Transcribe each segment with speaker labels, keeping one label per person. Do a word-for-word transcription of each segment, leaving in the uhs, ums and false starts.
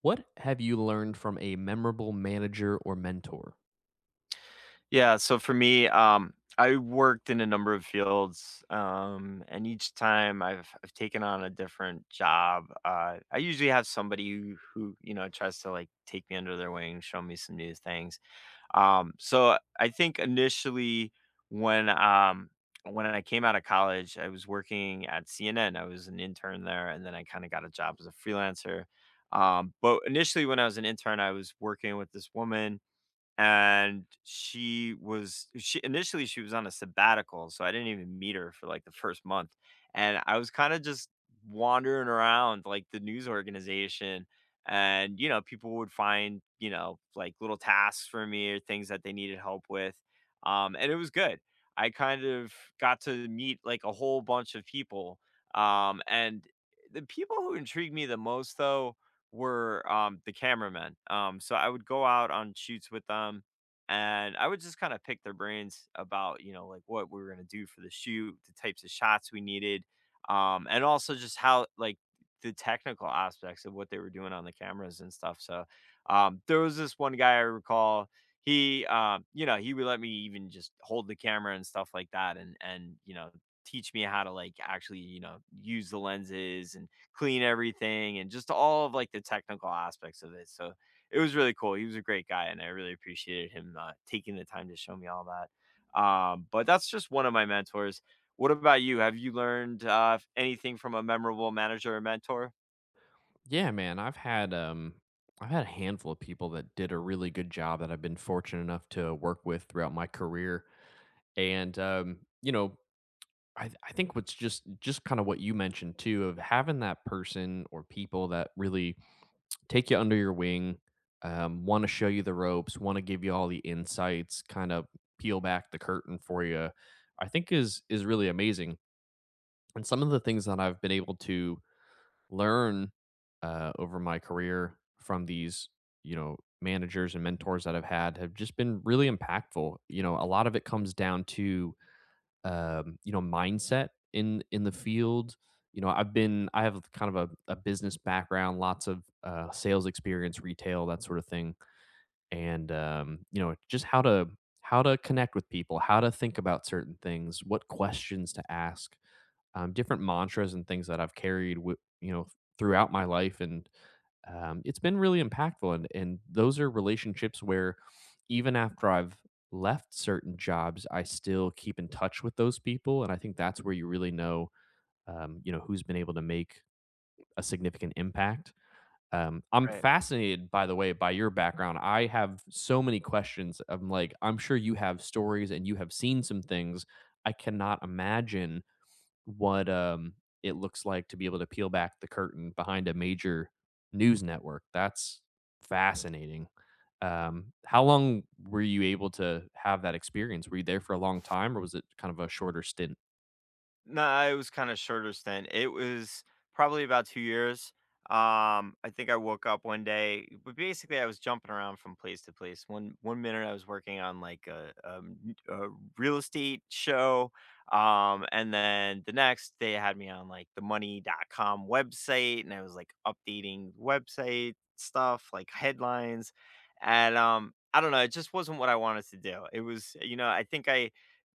Speaker 1: What have you learned from a memorable manager or mentor?
Speaker 2: Yeah, so for me, um, I worked in a number of fields, um, and each time I've I've taken on a different job, uh, I usually have somebody who who, you know, tries to, like, take me under their wing, show me some new things. Um, so I think initially when, um when I came out of college, I was working at C N N. I was an intern there, and then I kinda got a job as a freelancer. Um, but initially when I was an intern, I was working with this woman, and she was she initially she was on a sabbatical, so I didn't even meet her for like the first month. And I was kind of just wandering around like the news organization, and you know people would find you know like little tasks for me or things that they needed help with, um and it was good. I kind of got to meet like a whole bunch of people, um and the people who intrigued me the most though were, um, the cameramen. Um, so I would go out on shoots with them, and I would just kinda pick their brains about, you know, like, what we were gonna do for the shoot, the types of shots we needed, um, and also just how, like, the technical aspects of what they were doing on the cameras and stuff. so, um, there was this one guy I recall. He, um, you know, he would let me even just hold the camera and stuff like that, and and, you know, teach me how to, like, actually, you know, use the lenses and clean everything and just all of like the technical aspects of it. So it was really cool. He was a great guy, and I really appreciated him uh, taking the time to show me all that. Um, but that's just one of my mentors. What about you? Have you learned uh, anything from a memorable manager or mentor?
Speaker 1: Yeah, man, I've had um I've had a handful of people that did a really good job that I've been fortunate enough to work with throughout my career. And um, you know, I I think what's just just kind of what you mentioned too of having that person or people that really take you under your wing, um, want to show you the ropes, want to give you all the insights, kind of peel back the curtain for you. I think is is really amazing. And some of the things that I've been able to learn uh, over my career from these, you know, managers and mentors that I've had have just been really impactful. You know, a lot of it comes down to um, you know, mindset in in the field. You know, I've been I have kind of a, a business background, lots of uh, sales experience, retail, that sort of thing, and um, you know, just how to how to connect with people, how to think about certain things, what questions to ask um, Different mantras and things that I've carried with, you know, throughout my life, and um, it's been really impactful. And and those are relationships where even after I've left certain jobs, I still keep in touch with those people, and I think that's where you really know, um, you know, who's been able to make a significant impact. Um, I'm
Speaker 2: Right.
Speaker 1: fascinated, by the way, by your background. I have so many questions. I'm like, I'm sure you have stories and you have seen some things. I cannot imagine what, um, it looks like to be able to peel back the curtain behind a major news network. That's fascinating. Um, how long were you able to have that experience? Were you there for a long time, or was it kind of a shorter stint?
Speaker 2: No, it was kinda shorter stint. It was probably about two years. Um, I think I woke up one day, but basically, I was jumping around from place to place. One one minute, I was working on, like, a, um, a n- a real estate show, um, and then the next, they had me on, like, the money dot com website, and I was, like, updating website stuff, like, headlines, and, um, I don't know, it just wasn't what I wanted to do. It was you know, I think I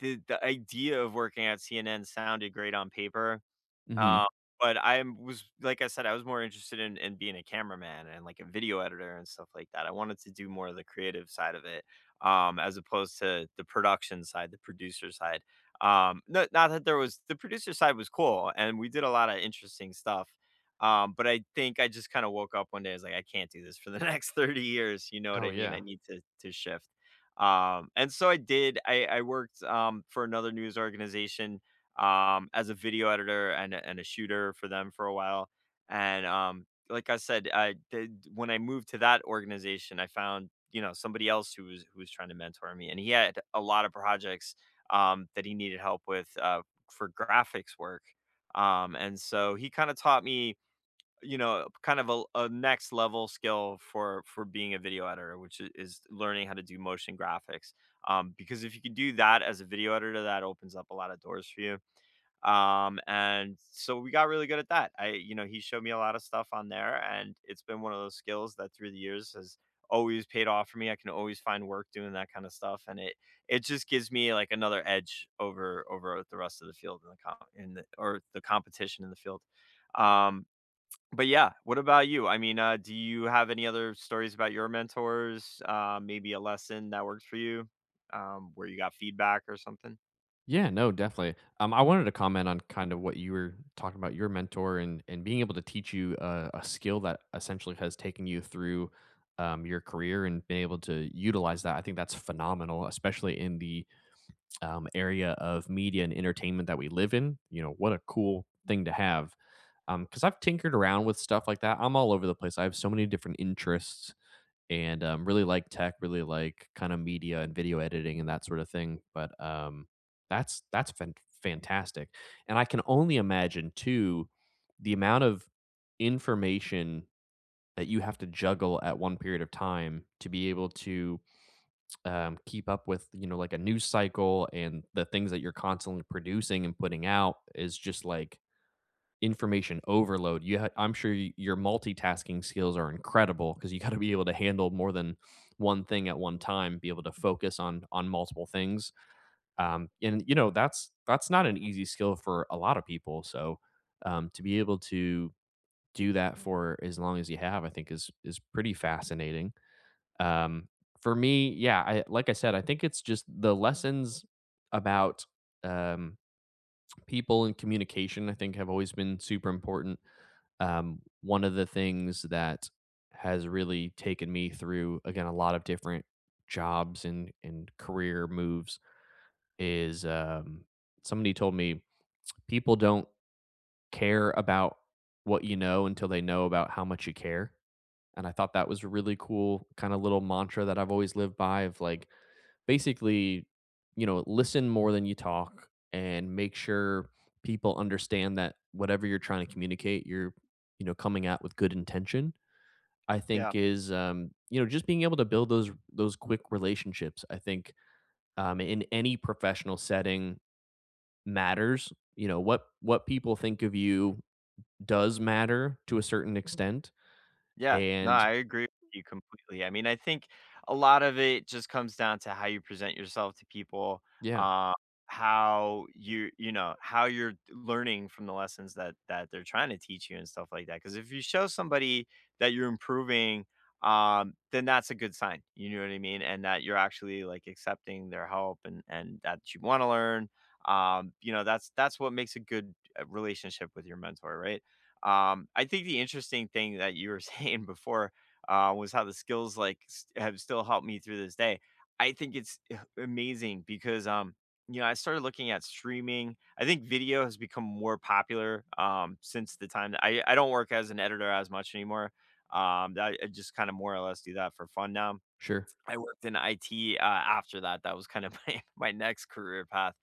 Speaker 2: the the idea of working at C N N sounded great on paper.
Speaker 1: Mhm.
Speaker 2: Uh, but I was, like I said, I was more interested in in being a cameraman and, like, a video editor and stuff like that. I wanted to do more of the creative side of it, um, as opposed to the production side, the producer side. Um, no not that there was The producer side was cool, and we did a lot of interesting stuff, um, but I think I just kinda woke up one day, I was like, "I can't do this for the next thirty years," you know what
Speaker 1: Oh,
Speaker 2: I mean?
Speaker 1: yeah.
Speaker 2: I need to to shift. Um, and so I did. I I worked, um, for another news organization, um, as a video editor and a and a shooter for them for a while, and, um, like I said, I did when I moved to that organization, I found, you know, somebody else who was who was trying to mentor me, and he had a lot of projects, um, that he needed help with, uh, for graphics work, um, and so he kinda taught me, you know, kind of a a next level skill for for being a video editor, which I is learning how to do motion graphics, um, because if you can do that as a video editor, that opens up a lot of doors for you. Um, and so we got really good at that. I, you know, he showed me a lot of stuff on there, and it's been one of those skills that through the years has always paid off for me. I can always find work doing that kind of stuff, and it it just gives me like another edge over over the rest of the field in the com in the or the competition in the field. Um, but yeah, what about you? I mean, uh, do you have any other stories about your mentors? Uh, maybe a lesson that works for you, um, where you got feedback or something?
Speaker 1: Yeah, no, definitely. Um, I wanted to comment on kind of what you were talking about, your mentor, and and being able to teach you a, a skill that essentially has taken you through, um, your career, and been able to utilize that. I think that's phenomenal, especially in the um, area of media and entertainment that we live in. You know, what a cool thing to have. Um, Because I've tinkered around with stuff like that. I'm all over the place. I have so many different interests, and um, really like tech, really like kind of media and video editing and that sort of thing. But um, that's that's fan- fantastic, and I can only imagine too the amount of information that you have to juggle at one period of time to be able to, um, keep up with, you know, like a news cycle, and the things that you're constantly producing and putting out is just like information overload you ha- i'm sure y- your multitasking skills are incredible because you got to be able to handle more than one thing at one time, be able to focus on on multiple things, um, and you know that's that's not an easy skill for a lot of people, so um, to be able to do that for as long as you have, I think, is is pretty fascinating. um, for me, yeah, I, like I said, I think it's just the lessons about, um, people and communication, I think, have always been super important. Um, one of the things that has really taken me through, again, a lot of different jobs and, and career moves is, um, somebody told me, people don't care about what you know until they know about how much you care. And I thought that was a really cool kind of little mantra that I've always lived by of like, basically, you know, listen more than you talk and make sure people understand that whatever you're trying to communicate, you're, you know, coming at with good intention. I
Speaker 2: Yeah,
Speaker 1: think is, um, you know, just being able to build those those quick relationships, I think, um, in any professional setting, matters. You know, what what people think of you does matter to a certain extent.
Speaker 2: Yeah, no,
Speaker 1: And
Speaker 2: I agree with you completely. I mean, I think a lot of it just comes down to how you present yourself to people,
Speaker 1: yeah,
Speaker 2: uh, how you you know, how you're learning from the lessons that that they're trying to teach you and stuff like that. Because if you show somebody that you're improving, um, then that's a good sign, you know what I mean? And that you're actually, like, accepting their help, and and that you wanna learn. Um, you know, that's that's what makes a good, uh, relationship with your mentor, right? Um, I think the interesting thing that you were saying before uh, was how the skills like s- have still helped me through this day. I think it's amazing because um, you know I started looking at streaming. I think video has become more popular um, since the time that I I don't work as an editor as much anymore. Um, I I just kind of more or less do that for fun now.
Speaker 1: sure,
Speaker 2: I worked in I T, uh, after that, that was kind of my my next career path,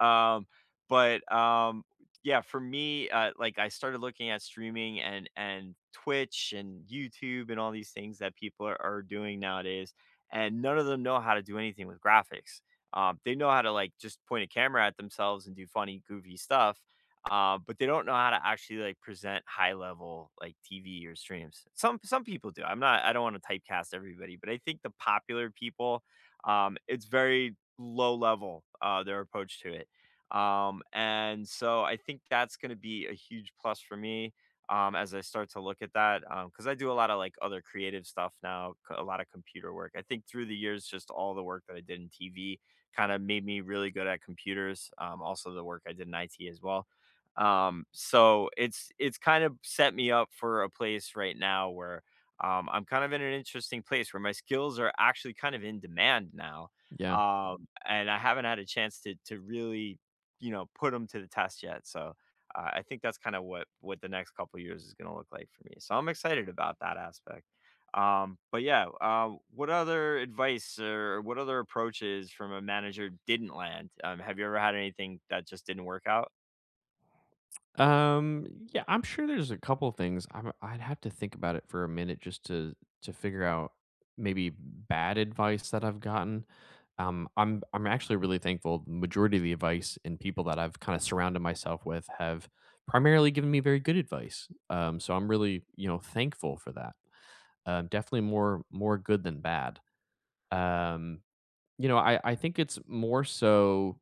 Speaker 2: um, but, um, yeah, for me, uh, like, I started looking at streaming and and Twitch and YouTube and all these things that people are are doing nowadays, and none of them know how to do anything with graphics. Um, they know how to, like, just point a camera at themselves and do funny, goofy stuff, uh, but they don't know how to actually like present high level like T V or streams. Some some people do. I'm not. I don't want to typecast everybody, but I think the popular people, um, it's very low level uh, their approach to it, um, and so I think that's going to be a huge plus for me. Um, as I start to look at that, because I do a lot of like other creative stuff now, c- a lot of computer work. I think through the years, just all the work that I did in T V kind of made me really good at computers. Um, also, the work I did in I T as well. Um, so it's it's kind of set me up for a place right now where um, I'm kind of in an interesting place where my skills are actually kind of in demand now,
Speaker 1: yeah.
Speaker 2: um, and I haven't had a chance to to really, you know, put them to the test yet. So uh, I think that's kind of what what the next couple years is going to look like for me. So I'm excited about that aspect. Um, but yeah, uh, what other advice or what other approaches from a manager didn't land? Um, have you ever had anything that just didn't work out?
Speaker 1: Um, yeah, I'm sure there's a couple things. I'm, I'd have to think about it for a minute just to to figure out maybe bad advice that I've gotten. Um, I'm I'm actually really thankful. The majority of the advice and people that I've kind of surrounded myself with have primarily given me very good advice. Um, so I'm really, you know, thankful for that. Um, definitely more more good than bad. Um, you know, I I think it's more so,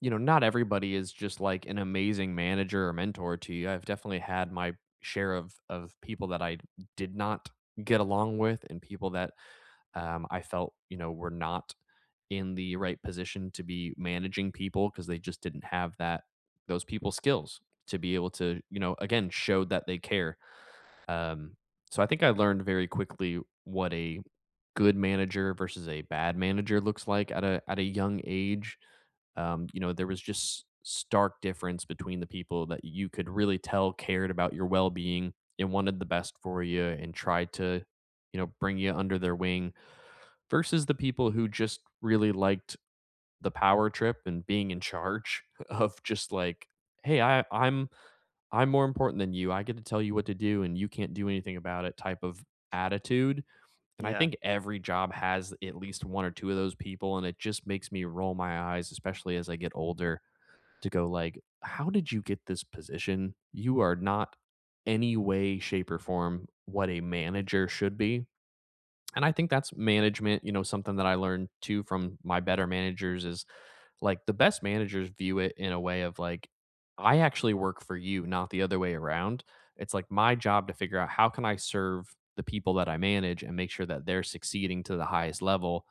Speaker 1: you know, not everybody is just like an amazing manager or mentor to you. I've definitely had my share of of people that I did not get along with, and people that, um, I felt, you know, were not in the right position to be managing people because they just didn't have that, those people skills, to be able to, you know, again, show that they care. Um, so I think I learned very quickly what a good manager versus a bad manager looks like at a at a young age. Um, you know, there was just stark difference between the people that you could really tell cared about your well-being and wanted the best for you and tried to, you know, bring you under their wing, versus the people who just really liked the power trip and being in charge of just like, hey, I, I'm I'm more important than you. I get to tell you what to do and you can't do anything about it type of attitude. And I
Speaker 2: Yeah.
Speaker 1: think every job has at least one or two of those people. And it just makes me roll my eyes, especially as I get older, to go like, how did you get this position? You are not any way, shape, or form what a manager should be. And I think that's management, you know, something that I learned too from my better managers is like, the best managers view it in a way of like, I actually work for you, not the other way around. It's like my job to figure out, how can I serve the people that I manage and make sure that they're succeeding to the highest level,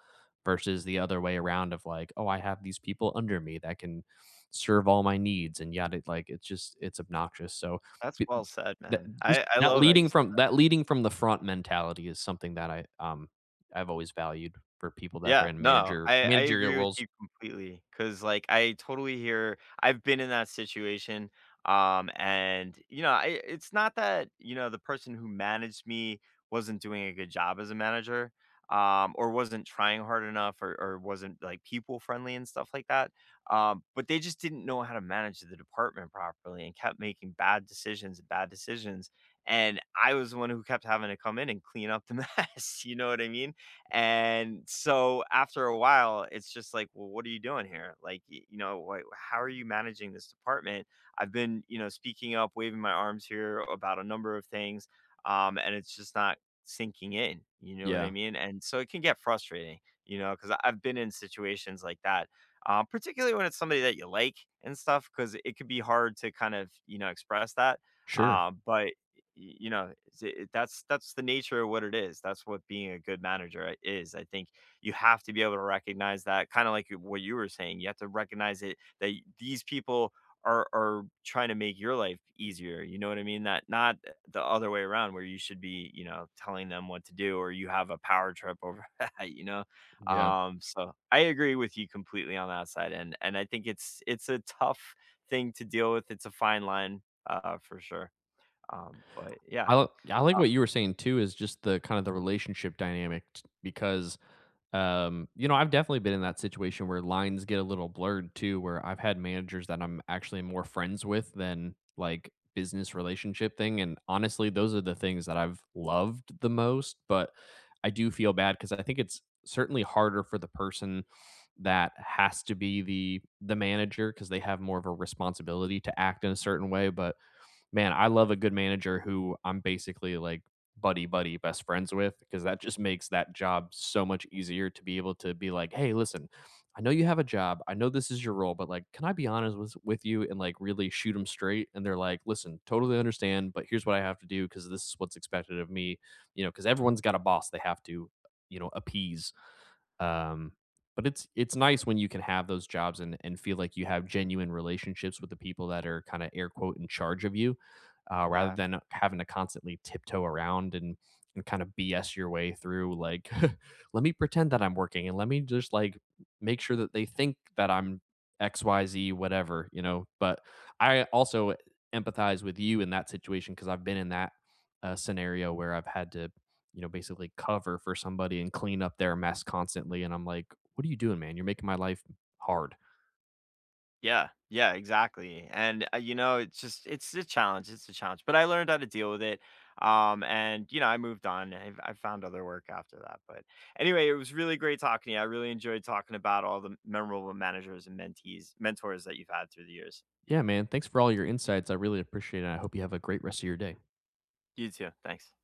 Speaker 1: versus the other way around of like, oh, I have these people under me that can serve all my needs and yada, like, it's just it's obnoxious. So
Speaker 2: That's well said,
Speaker 1: that,
Speaker 2: man.
Speaker 1: just
Speaker 2: I I
Speaker 1: that
Speaker 2: love how you
Speaker 1: leading
Speaker 2: said.
Speaker 1: from, that leading from the front mentality is something that I, um, I've always valued for people that are
Speaker 2: Yeah,
Speaker 1: in
Speaker 2: no,
Speaker 1: manager
Speaker 2: I I
Speaker 1: managerial
Speaker 2: agree with
Speaker 1: roles.
Speaker 2: you completely because, like, I totally hear I've been in that situation, um, and, you know, I it's not that, you know, the person who managed me wasn't doing a good job as a manager, um, or wasn't trying hard enough or or wasn't, like, people friendly and stuff like that, um, but they just didn't know how to manage the department properly and kept making bad decisions, and bad decisions, and I was the one who kept having to come in and clean up the mess, you know what I mean? And so after a while, it's just like, well, what are you doing here? Like, y- you know, wh- how are you managing this department? I've been, you know, speaking up, waving my arms here about a number of things, um, and it's just not sinking in. You know what I
Speaker 1: Yeah,
Speaker 2: mean? And so it can get frustrating, you know, because I've been in situations like that, um, particularly when it's somebody that you like and stuff, because it could be hard to kind of, you know, express that.
Speaker 1: sure.
Speaker 2: Uh, but you know it's- it, that's that's the nature of what it is. That's what being a good manager i- is, I think. You have to be able to recognize that, kind of like you- what you were saying, you have to recognize it that y- these people are are trying to make your life easier, you know what I mean? That Not the other way around where you should be, you know telling them what to do, or you have a power trip over that, you know.
Speaker 1: Yeah.
Speaker 2: Um so I agree with you completely on that side, and and I think it's it's a tough thing to deal with. It's a fine line, uh for sure. Um, but yeah.
Speaker 1: I li I like
Speaker 2: Uh
Speaker 1: what you were saying too is just the kind of the relationship dynamic, t because Um, you know, I've definitely been in that situation where lines get a little blurred too, where I've had managers that I'm actually more friends with than like business relationship thing. And honestly, those are the things that I've loved the most. But I do feel bad because I think it's certainly harder for the person that has to be the the manager because they have more of a responsibility to act in a certain way. But man, I love a good manager who I'm basically like buddy buddy best friends with, because that just makes that job so much easier to be able to be like, "Hey, listen, I know you have a job. I know this is your role, but like, can I be honest with with you and like really shoot them straight?" And they're like, "Listen, totally understand, but here's what I have to do because this is what's expected of me." You know, because everyone's got a boss they have to, you know, appease. Um, but it's it's nice when you can have those jobs and and feel like you have genuine relationships with the people that are kind of air quote in charge of you, uh, rather
Speaker 2: yeah,
Speaker 1: than having to constantly tiptoe around and and kind of B S your way through. Like, let me pretend that I'm working and let me just like make sure that they think that I'm X Y Z, whatever, you know. But I also empathize with you in that situation because I've been in that uh, scenario where I've had to, you know, basically cover for somebody and clean up their mess constantly. And I'm like, what are you doing, man? You're making my life hard.
Speaker 2: yeah, yeah, exactly. And uh, you know, it's just it's a challenge. It's a challenge, but I learned how to deal with it. Um, and you know, I moved on. I, I found other work after that. But anyway, it was really great talking to you. I really enjoyed talking about all the memorable managers and mentees, mentors that you've had through the years.
Speaker 1: Yeah, man. Thanks for all your insights. I really appreciate it. I hope you have a great rest of your day.
Speaker 2: You too. Thanks.